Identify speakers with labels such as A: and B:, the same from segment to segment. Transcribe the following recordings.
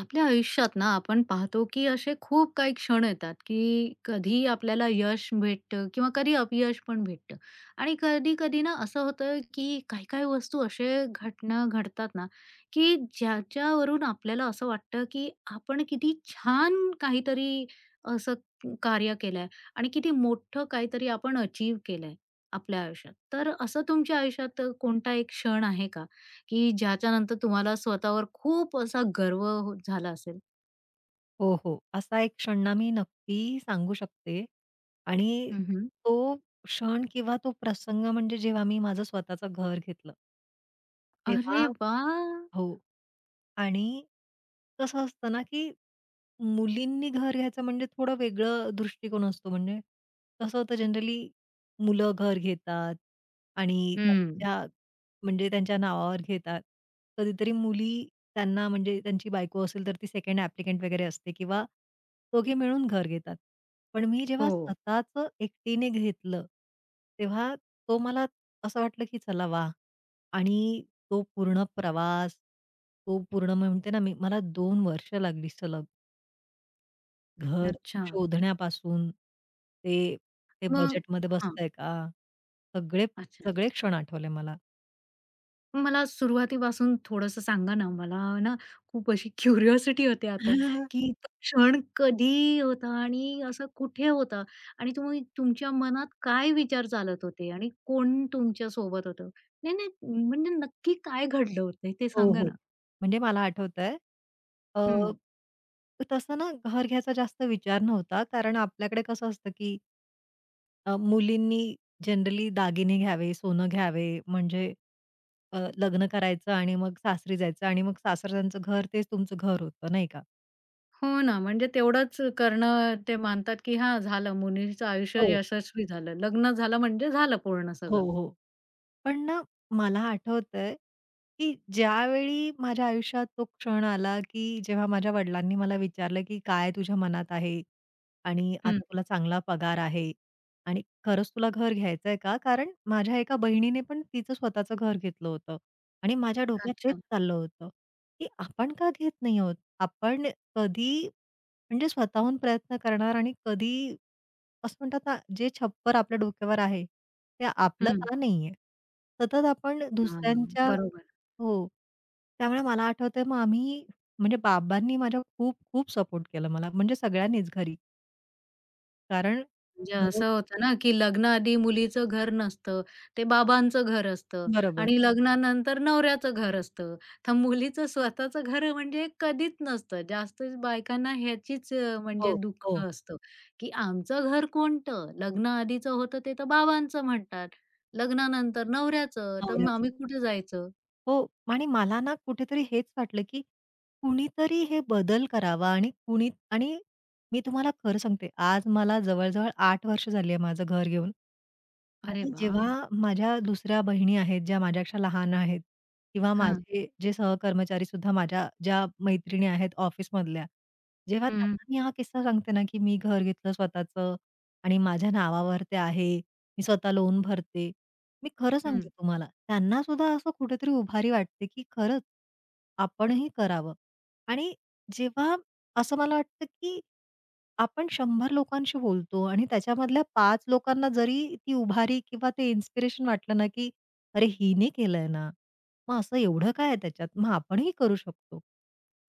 A: आपल्या आयुष्यात ना आपण पाहतो की असे खूप काही क्षण येतात की कधी आपल्याला यश भेटतं किंवा कधी अपयश पण भेटतं. आणि कधी कधी ना असं होतं की काही काही वस्तू असे घटना घडतात ना की ज्याच्यावरून आपल्याला असं वाटतं की आपण किती छान काहीतरी असं कार्य केलंय आणि किती मोठं काहीतरी आपण अचीव केलंय आपल्या आयुष्यात. तर असं तुमच्या आयुष्यात कोणता एक क्षण आहे का की ज्याच्यानंतर तुम्हाला स्वतःवर खूप असा गर्व झाला असेल?
B: हो, हो. असा एक क्षण ना मी नक्की सांगू शकते आणि
A: हं.
B: तो क्षण किंवा तो प्रसंग म्हणजे जेव्हा मी माझं स्वतःचं घर घेतलं. तेव्हा
A: अरे वाह!
B: हो. आणि कसं असतं ना, की मुलींनी घर घ्यायचं म्हणजे थोडं वेगळं दृष्टिकोन असतो. म्हणजे कसं होतं जनरली मुलं घर घेतात आणि
A: हं.
B: त्यांच्या म्हणजे त्यांच्या नावावर घेतात. कधीतरी मुली त्यांना म्हणजे त्यांची बायको असेल तर ती सेकंड ॲप्लिकंट वगैरे असते किंवा दोघे मिळून घर घेतात. पण मी जेव्हा
A: हो.
B: स्वतःचं एकटीने घेतलं, तेव्हा तो मला असं वाटलं, की चला वाह! आणि तो पूर्ण प्रवास, तो पूर्ण म्हणते ना मी मला 2 वर्ष लागली सलग घर
A: अच्छा.
B: शोधण्यापासून ते
A: मग
B: बजेटमध्ये
A: हां.
B: बसतंय का? सगळे
A: अच्छा.
B: सगळे क्षण आठवले मला.
A: मला सुरुवातीपासून थोडंसं सांगा ना, मला ना खूप अशी क्युरिओसिटी होते आता, की तो क्षण कधी होता आणि असं कुठे होता? आणि तुम्ही तुमच्या मनात काय विचार चालत होते आणि कोण तुमच्या सोबत होतं? नाही, नाही, म्हणजे नक्की काय घडलं होतं ते
B: हो,
A: सांगा
B: हो.
A: ना?
B: म्हणजे मला आठवतंय अ, तसं ना घर घ्यायचा जास्त विचार नव्हता कारण आपल्याकडे कसं असतं की मुलींनी जनरली दागिने घ्यावे, सोनं घ्यावे म्हणजे लग्न करायचं आणि मग सासरी जायचं आणि मग सासरच्यांचं घर तेच तुमचं घर होतं, नाही का?
A: हो ना, म्हणजे तेवढंच करणं ते मानतात, की हां, झालं, मुलीचं आयुष्य
B: हो.
A: यशस्वी झालं. लग्न झालं म्हणजे झालं पूर्ण
B: हो,
A: सगळं.
B: हो. पण ना, मला आठवतंय, की ज्यावेळी माझ्या आयुष्यात तो क्षण आला, की जेव्हा माझ्या वडिलांनी मला विचारलं, की "काय तुझ्या मनात आहे? आणि
A: हं.
B: आता तुला चांगला पगार आहे आणि खरंच तुला घर घ्यायचंय का?" कारण माझ्या एका बहिणीने पण तिचं स्वतःचं घर घेतलं होतं आणि माझ्या डोक्यात तेच
A: अच्छा.
B: चाललं होतं, की आपण का घेत नाही आहोत? आपण कधी म्हणजे स्वतःहून प्रयत्न करणार आणि कधी असं म्हणतात ना, जे छप्पर आपल्या डोक्यावर आहे, ते आपलं
A: हं.
B: का नाहीये? सतत आपण
A: हां,
B: दुसऱ्यांच्या
A: बरोबर.
B: हो. त्यामुळे मला आठवतंय मग आम्ही म्हणजे बाबांनी माझ्या खूप, खूप सपोर्ट केला मला. म्हणजे सगळ्यांनीच घरी. कारण
A: म्हणजे
B: घर
A: असं होतं ना, की लग्नाआधी मुलीचं घर नसतं, ते बाबांचं घर असतं
B: बरोबर.
A: आणि लग्नानंतर नवऱ्याचं घर असतं. तर मुलीचं स्वतःचं घर म्हणजे कधीच नसतं. जास्त बायकांना ह्याचीच
B: हो,
A: म्हणजे दुःख
B: हो.
A: असतं, की आमचं घर कोणतं? लग्नाआधीचं होतं ते तर बाबांचं म्हणतात. लग्नानंतर नवऱ्याचं, तर मग
B: नवऱ्याचं.
A: आम्ही कुठे जायचं?
B: हो. आणि मला ना कुठेतरी हेच वाटलं, की कुणीतरी हे बदल करावा आणि कुणी आणि मी तुम्हाला खरं सांगते, आज मला जवळ-जवळ 8 वर्ष झाली आहे माझं घर घेऊन.
A: अरे
B: आणि
A: वाह!
B: जेव्हा माझ्या दुसऱ्या बहिणी आहेत, ज्या माझ्यापेक्षा लहान आहेत किंवा
A: हां.
B: माझे जे सहकर्मचारी सुद्धा माझ्या ज्या मैत्रिणी आहेत ऑफिसमधल्या, जेव्हा
A: हं,
B: त्यांना मी हा किस्सा सांगते ना, की मी घर घेतलं स्वतःचं आणि माझ्या नावावर ते आहे, मी स्वतः लोन भरते. मी खरं सांगते
A: हं.
B: तुम्हाला, त्यांना सुद्धा असं कुठेतरी उभारी वाटते, की खरंच आपणही करावं आणि जेव्हा असं मला वाटतं, की आपण 100 लोकांशी बोलतो आणि त्याच्यामधल्या पाच लोकांना जरी ती उभारी किंवा ते इन्स्पिरेशन वाटलं ना, की "अरे, हिने केलंय ना, मग असं एवढं काय आहे त्याच्यात? मग आपणही करू शकतो."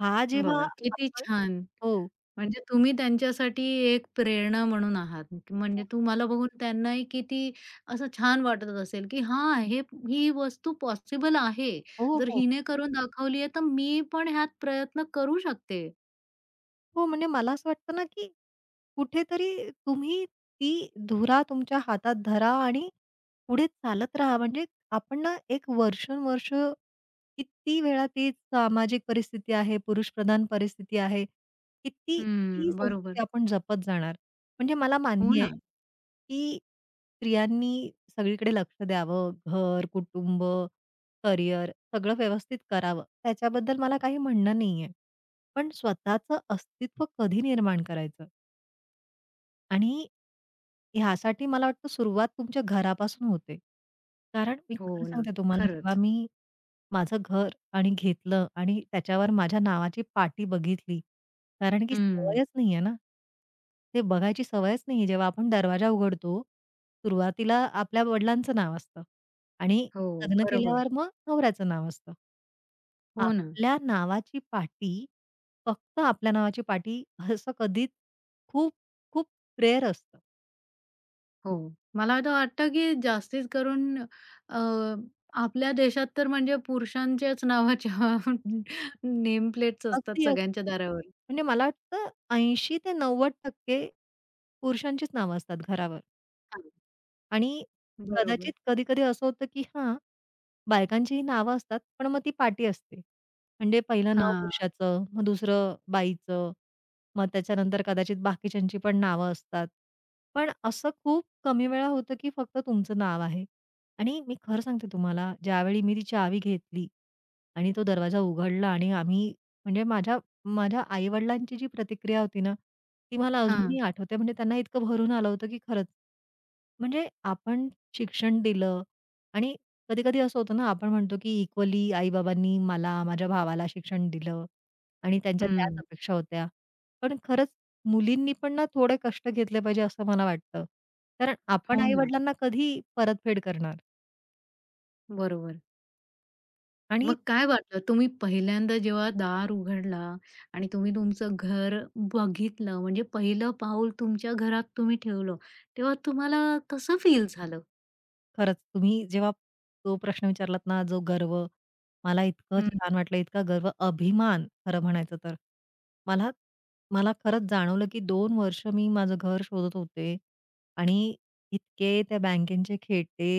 B: हा जेव्हा
A: बघा किती
B: आपण
A: छान.
B: हो.
A: म्हणजे तुम्ही त्यांच्यासाठी एक प्रेरणा म्हणून आहात. म्हणजे तुम्हाला बघून त्यांनाही किती असं छान वाटत असेल, की हां, हे ही वस्तू पॉसिबल आहे.
B: हो,
A: जर
B: हो.
A: हिने करून दाखवली आहे, तर मी पण ह्यात प्रयत्न करू शकते.
B: हो, म्हणजे मला असं वाटतं ना, की कुठेतरी तुम्ही ती धुरा तुमच्या हातात धरा आणि पुढे चालत राहा. म्हणजे आपण ना एक वर्षानुवर्ष किती वेळा तीच सामाजिक परिस्थिती आहे, पुरुषप्रधान परिस्थिती आहे. किती किती ही
A: हं, बरोबर.
B: संस्कृती आपण जपत जाणार. म्हणजे मला
A: हो
B: मान्य आहे,
A: ना.
B: की स्त्रियांनी सगळीकडे लक्ष द्यावं. घर, कुटुंब, करिअर सगळं व्यवस्थित करावं. त्याच्याबद्दल मला काही म्हणणं नाहीये. पण स्वतःचं अस्तित्व कधी निर्माण करायचं? आणि ह्यासाठी मला वाटतं सुरुवात तुमच्या घरापासून होते. कारण मी
A: हो
B: खरं
A: ना.
B: सांगते तुम्हाला जेव्हा
A: खरंच.
B: मी माझं घर आणि घेतलं आणि त्याच्यावर माझ्या नावाची पाटी बघितली. कारण की
A: हं.
B: सवयच नाहीये ना. ते बघायची सवयच नाहीये. जेव्हा आपण दरवाजा उघडतो, सुरुवातीला आपल्या वडिलांचं नाव असतं आणि
A: हो,
B: लग्न
A: बरोबर.
B: केल्यावर मग नवऱ्याचं नाव असतं.
A: हो ना.
B: आपल्या नावाची पाटी, फक्त आपल्या नावाची पाटी असं कधीच खूप, खूप रेअर असतं.
A: हो. मला तर वाटतं, की जास्तीत करून अ, आपल्या देशात तर म्हणजे पुरुषांच्याच नावाच्या नेम प्लेट्स असतात
B: अगदी, अगदी.
A: सगळ्यांच्या दारावर.
B: म्हणजे मला वाटतं 80% ते 90% पुरुषांचीच नावं असतात घरावर आणि कदाचित
A: बरोबर.
B: कधी-कधी असं होतं, की हां, बायकांचीही नावं असतात, पण मग ती पाटी असते. म्हणजे पहिलं नाव
A: हां,
B: पुरुषाचं, मग दुसरं बाईचं, मग त्याच्यानंतर कदाचित बाकीच्यांची पण नावं असतात. पण असं खूप कमी वेळा होतं, की फक्त तुमचं नाव आहे आणि मी खरं सांगते तुम्हाला, ज्यावेळी मी ती चावी घेतली आणि तो दरवाजा उघडला आणि आम्ही म्हणजे माझ्या माझ्या आई-वडिलांची जी प्रतिक्रिया होती ना, ती मला
A: हां.
B: अजूनही आठवते. म्हणजे त्यांना इतकं भरून आलं होतं, की खरंच. म्हणजे आपण शिक्षण दिलं आणि कधी-कधी असं होतं ना, आपण म्हणतो, की इक्वली आई-बाबांनी मला, माझ्या भावाला शिक्षण दिलं आणि त्यांच्या त्याच
A: हं.
B: अपेक्षा होत्या. पण खरंच मुलींनी पण ना थोडे कष्ट घेतले पाहिजे असं मला वाटतं. कारण आपण
A: हो ना.
B: आई-वडिलांना कधी परतफेड करणार
A: बरोबर.
B: आणि
A: मग काय वाटलं तुम्ही पहिल्यांदा जेव्हा दार उघडला आणि तुम्ही तुमचं घर बघितलं, म्हणजे पहिलं पाऊल तुमच्या घरात तुम्ही ठेवलं, तेव्हा तुम्हाला कसं फील झालं?
B: खरंच तुम्ही जेव्हा तो प्रश्न विचारलात ना, जो गर्व, मला इतकं
A: हं.
B: छान वाटलं, इतका गर्व, अभिमान खरं म्हणायचं तर. मला मला खरंच जाणवलं, की 2 वर्ष मी माझं घर शोधत होते आणि इतके त्या बँकेचे खेटे,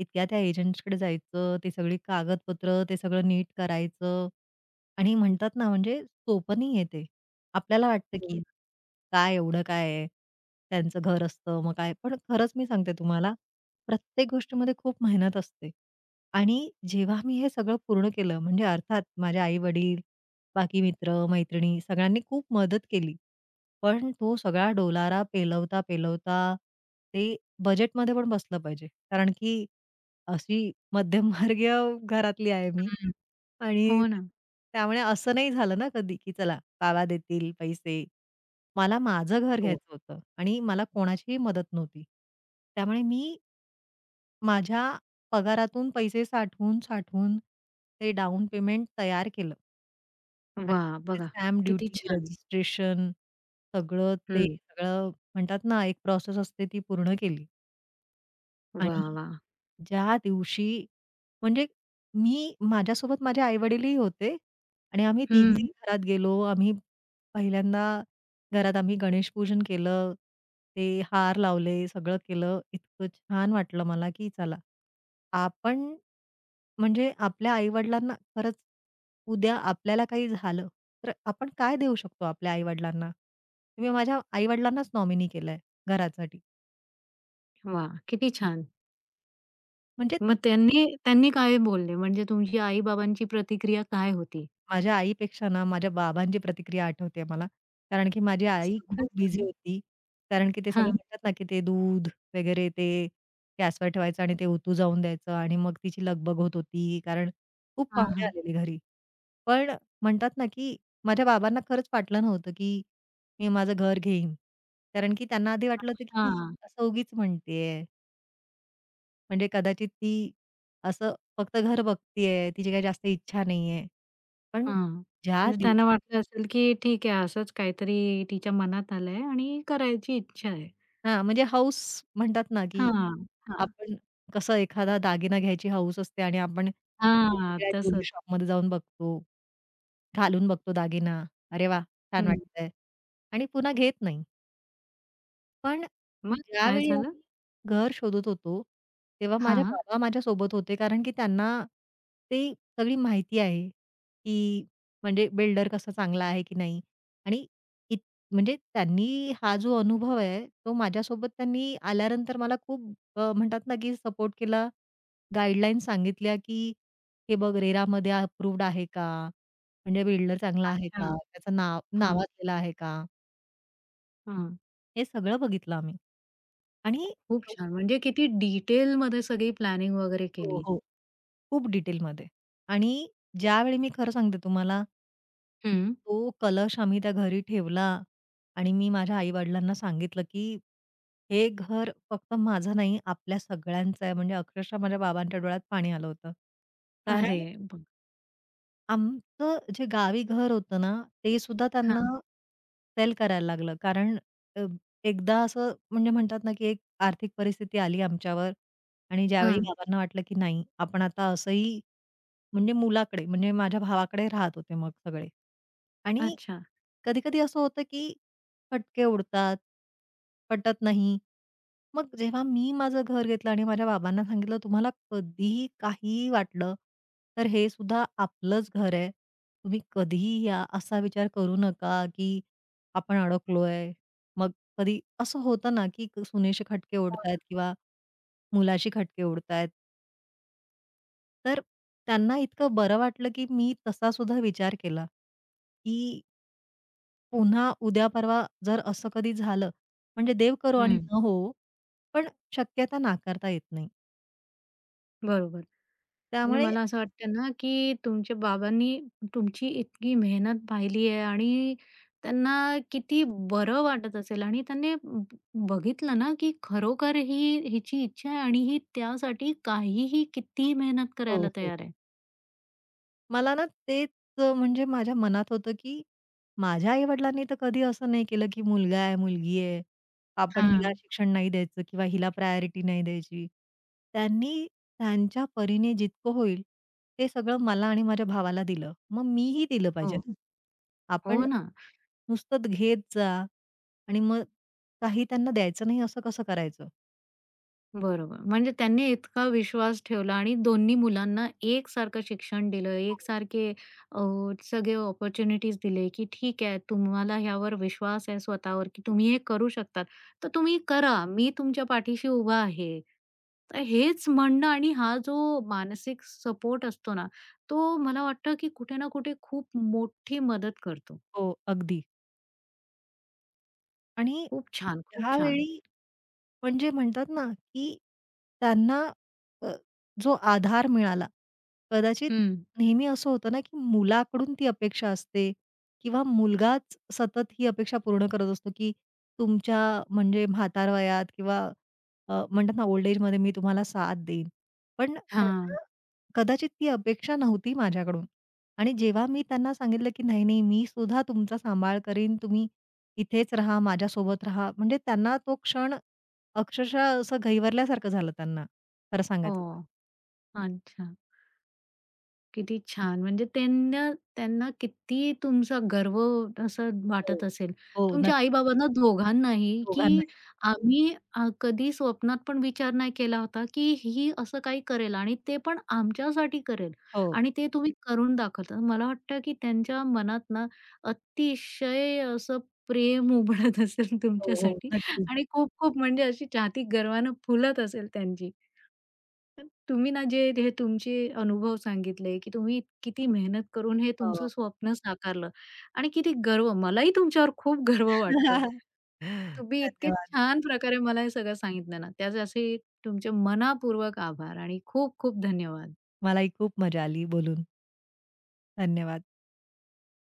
B: इतक्या त्या एजंट्सकडे जायचं, ते सगळी कागदपत्र, ते सगळं नीट करायचं आणि म्हणतात ना, म्हणजे सोपं नाहीये ते. आपल्याला वाटतं,
A: हो
B: की
A: ना.
B: काय एवढं काय आहे? त्यांचं घर असतं, मग काय? पण खरंच मी सांगते तुम्हाला प्रत्येक गोष्टीमध्ये खूप मेहनत असते. आणि जेव्हा मी हे सगळं पूर्ण केलं म्हणजे अर्थात माझे आई-वडील, बाकी मित्र-मैत्रिणी सगळ्यांनी खूप मदत केली. पण तो सगळा डोलारा पेलवता-पेलवता ते बजेटमध्ये पण बसलं पाहिजे. कारण की अशी मध्यमवर्गीय घरातली आहे मी
A: हं.
B: आणि
A: हो ना.
B: त्यामुळे असं नाही झालं ना कधी, की चला बाबा देतील पैसे. मला माझं घर
A: हो.
B: घ्यायचं होतं आणि मला कोणाचीही मदत नव्हती. त्यामुळे मी माझ्या पगारातून पैसे साठवून-साठवून ते डाउन पेमेंट तयार केलं आणि
A: वाह!
B: मग ते
A: बघा
B: स्टॅम्प
A: किती
B: ड्युटी,
A: छान.
B: रजिस्ट्रेशन सगळं ते
A: हं.
B: सगळं म्हणतात ना, एक प्रोसेस असते ती पूर्ण केली आणि
A: वाह! वाह!
B: ज्या दिवशी म्हणजे मी माझ्यासोबत माझे आई-वडीलही होते आणि आम्ही तिघेही
A: हं.
B: घरात गेलो. आम्ही पहिल्यांदा घरात आम्ही गणेशपूजन केलं, ते हार लावले, सगळं केलं. इतकं छान वाटलं मला, की चला आपण म्हणजे आपल्या आई-वडिलांना खरंच उद्या आपल्याला काही झालं, तर आपण काय देऊ शकतो आपल्या आई-वडिलांना? मी माझ्या आई-वडिलांनाच नॉमिनी केलंय घरासाठी.
A: वाह! किती छान.
B: म्हणजे
A: मग त्यांनी त्यांनी काय बोलले, म्हणजे तुमची आई-बाबांची प्रतिक्रिया काय होती?
B: माझ्या आईपेक्षा ना माझ्या बाबांची प्रतिक्रिया आठवते मला. कारण की माझी आई
A: सांगाल
B: खूप बिझी
A: का?
B: होती. कारण की ते सगळं
A: हां.
B: म्हणतात ना, की ते दूध वगैरे ते गॅसवर ठेवायचं आणि ते ओतू जाऊन द्यायचं आणि मग तिची लगबग होत होती, कारण खूप
A: हां,
B: पाहुणे
A: हां.
B: आलेले घरी. पण म्हणतात ना, की माझ्या बाबांना खरंच वाटलं नव्हतं, की मी माझं घर घेईन. कारण की त्यांना आधी वाटलं होतं, की ही
A: हां,
B: असं उगीच म्हणतेय. म्हणजे कदाचित ती असं फक्त घर बघतीये, तिची काही जास्त इच्छा नाहीये. पण
A: हां.
B: ज्या
A: आणि त्यांना
B: दिवशी
A: वाटलं असेल, की ठीक आहे, असंच काहीतरी तिच्या मनात आलंय आणि करायची इच्छा आहे.
B: हां, म्हणजे हौस म्हणतात ना, की
A: हां, हां.
B: आपण कसं एखादा दागिना घ्यायची हौस असते आणि आपण
A: हां,
B: वेगवेगळ्या ज्वेलरी
A: तसंच.
B: शॉपमध्ये जाऊन बघतो, घालून बघतो दागिना. अरे वाह! छान
A: हं.
B: वाटतंय आणि पुन्हा घेत नाही. पण
A: मग काय
B: ज्यावेळी
A: झालं?
B: आम्ही घर शोधत होतो, तेव्हा माझ्या
A: हां,
B: बाबा माझ्या सोबत होते. कारण की त्यांना ते सगळी माहिती आहे, की म्हणजे बिल्डर कसा चांगला आहे की नाही आणि इत म्हणजे त्यांनी हा जो अनुभव आहे, तो माझ्यासोबत त्यांनी आल्यानंतर मला खूप म्हणतात ना, की सपोर्ट केला. गाईडलाईन सांगितल्या, की "हे बघ रेरामध्ये अप्रूव्हड आहे का? म्हणजे बिल्डर चांगला आहे
A: अच्छा.
B: का? त्याचं नाव
A: हां,
B: नावाजलेलं आहे का?"
A: हां.
B: हे सगळं बघितलं आम्ही. आणि
A: खूप छान. म्हणजे किती डिटेलमध्ये सगळी प्लॅनिंग वगैरे
B: हो,
A: केली.
B: हो. खूप डिटेलमध्ये आणि ज्यावेळी मी खरं सांगते तुम्हाला,
A: हं.
B: तो कलश आम्ही त्या घरी ठेवला आणि मी माझ्या आई-वडिलांना सांगितलं, की हे घर फक्त माझं नाही, आपल्या सगळ्यांचं आहे. म्हणजे अक्षरशः माझ्या बाबांच्या डोळ्यात पाणी आलं होतं.
A: अरे
B: कारण
A: वाह!
B: आमचं जे गावी घर होतं ना, ते सुद्धा त्यांना
A: हां,
B: सेल करायला लागलं. कारण अ, एकदा असं म्हणजे म्हणतात ना, की एक आर्थिक परिस्थिती आली आमच्यावर आणि ज्यावेळी
A: हां.
B: बाबांना वाटलं, की नाही आपण आता असंही म्हणजे मुलाकडे म्हणजे माझ्या भावाकडे राहत होते मग सगळे. आणि
A: अच्छा.
B: कधी-कधी असं होतं, की फटके उडतात, पटत नाही. मग जेव्हा मी माझं घर घेतलं आणि माझ्या बाबांना सांगितलं, "तुम्हाला कधीही काहीही वाटलं, तर हे सुद्धा आपलंच घर आहे. तुम्ही कधीही या." असा विचार करू नका, की आपण अडकलोय. मग कधी असं होतं ना, की सुनेशी खटके
A: हो
B: उडतायत
A: ना.
B: किंवा मुलाशी खटके उडतायत. तर त्यांना इतकं बरं वाटलं, की मी तसा सुद्धा विचार केला, की पुन्हा उद्या परवा जर असं कधी झालं, म्हणजे देव करो आणि
A: हं.
B: न होवो, पण शक्यता नाकारता येत नाही.
A: बरोबर. म्हणजे
B: त्यामुळे
A: मला असं वाटतं ना, की तुमच्या बाबांनी तुमची इतकी मेहनत पाहिली आहे आणि त्यांना किती बरं वाटत असेल आणि त्यांनी बघितलं ना, की खरोखर ही हिची इच्छा आहे आणि ही त्यासाठी काहीही कितीही मेहनत
B: हो,
A: करायला
B: हो.
A: तयार आहे.
B: मला ना तेच म्हणजे माझ्या मनात होतं, की माझ्या आई-वडिलांनी तर कधी असं नाही केलं, की मुलगा आहे, मुलगी आहे, आपण हिला
A: हां.
B: शिक्षण नाही द्यायचं किंवा हिला प्रायोरिटी नाही द्यायची. त्यांनी त्यांच्या परीने जितकं होईल, ते सगळं मला आणि माझ्या भावाला दिलं. मग मीही दिलं पाहिजे
A: हो,
B: ना.
A: हो
B: आपण
A: ना.
B: नुसतंच घेत जा आणि मग काही त्यांना द्यायचं नाही असं कसं करायचं?
A: बरोबर. म्हणजे त्यांनी इतका विश्वास ठेवला आणि दोन्ही मुलांना एकसारखं शिक्षण दिलं,
B: हो.
A: एकसारखे अ, सगळे अपॉर्च्युनिटीज दिले, की ठीक आहे, तुम्हाला ह्यावर विश्वास आहे स्वतःवर, की तुम्ही हे करू शकतात, तर तुम्ही करा. मी तुमच्या पाठीशी उभा आहे. तर हेच म्हणणं. आणि हा जो मानसिक सपोर्ट असतो ना, तो मला वाटतं, की कुठे ना कुठे खूप मोठी मदत करतो.
B: हो, अगदी. आणि
A: खूप छान, खूप छान.
B: ह्यावेळी म्हणजे म्हणतात ना, की त्यांना अ, जो आधार मिळाला. कदाचित
A: हं.
B: नेहमी असं होतं ना, की मुलाकडून ती अपेक्षा असते किंवा मुलगाच सतत ही अपेक्षा पूर्ण करत असतो, की तुमच्या म्हणजे म्हातारवयात किंवा म्हणतात ना, ओल्ड एजमध्ये मी तुम्हाला साथ देईन. पण
A: हां.
B: त्यांना कदाचित ती अपेक्षा नव्हती माझ्याकडून आणि जेव्हा मी त्यांना सांगितलं, की "नाही, नाही, मी सुद्धा तुमचा सांभाळ करीन. तुम्ही इथेच राहा, माझ्यासोबत राहा." म्हणजे त्यांना तो क्षण अक्षरशः असं घहिवरल्यासारखं झालं त्यांना, खरं सांगायचं तर.
A: हो. अच्छा. किती छान! म्हणजे त्यांना त्यांना किती तुमचा गर्व असं
B: हो.
A: वाटत असेल.
B: हो,
A: तुमच्या
B: नक्की.
A: आई-बाबांना दोघांनाही, की
B: दोघांनाही.
A: आम्ही कधी स्वप्नात पण विचार नाही केला होता, की ही असं काही करेल आणि ते पण आमच्यासाठी करेल
B: हो.
A: आणि ते तुम्ही करून दाखवता. मला वाटतं, की त्यांच्या मनात ना अतिशय असं प्रेम उमलत असेल
B: हो, हो.
A: तुमच्यासाठी
B: नक्की.
A: आणि खूप-खूप, म्हणजे अशी छाती गर्वानं फुलत असेल त्यांची. पण तुम्ही ना जे हे तुमचे अनुभव सांगितले, की तुम्ही किती मेहनत करून हे तुमचं
B: हो.
A: स्वप्न साकारलं आणि किती गर्व, मलाही तुमच्यावर खूप गर्व वाटतोय. तुम्ही इतके
B: धन्यवाद.
A: छान प्रकारे मला हे सगळं सांगितलं ना, त्यासाठी तुमचे मनःपूर्वक आभार आणि खूप खूप धन्यवाद.
B: मलाही खूप मजा आली बोलून. धन्यवाद.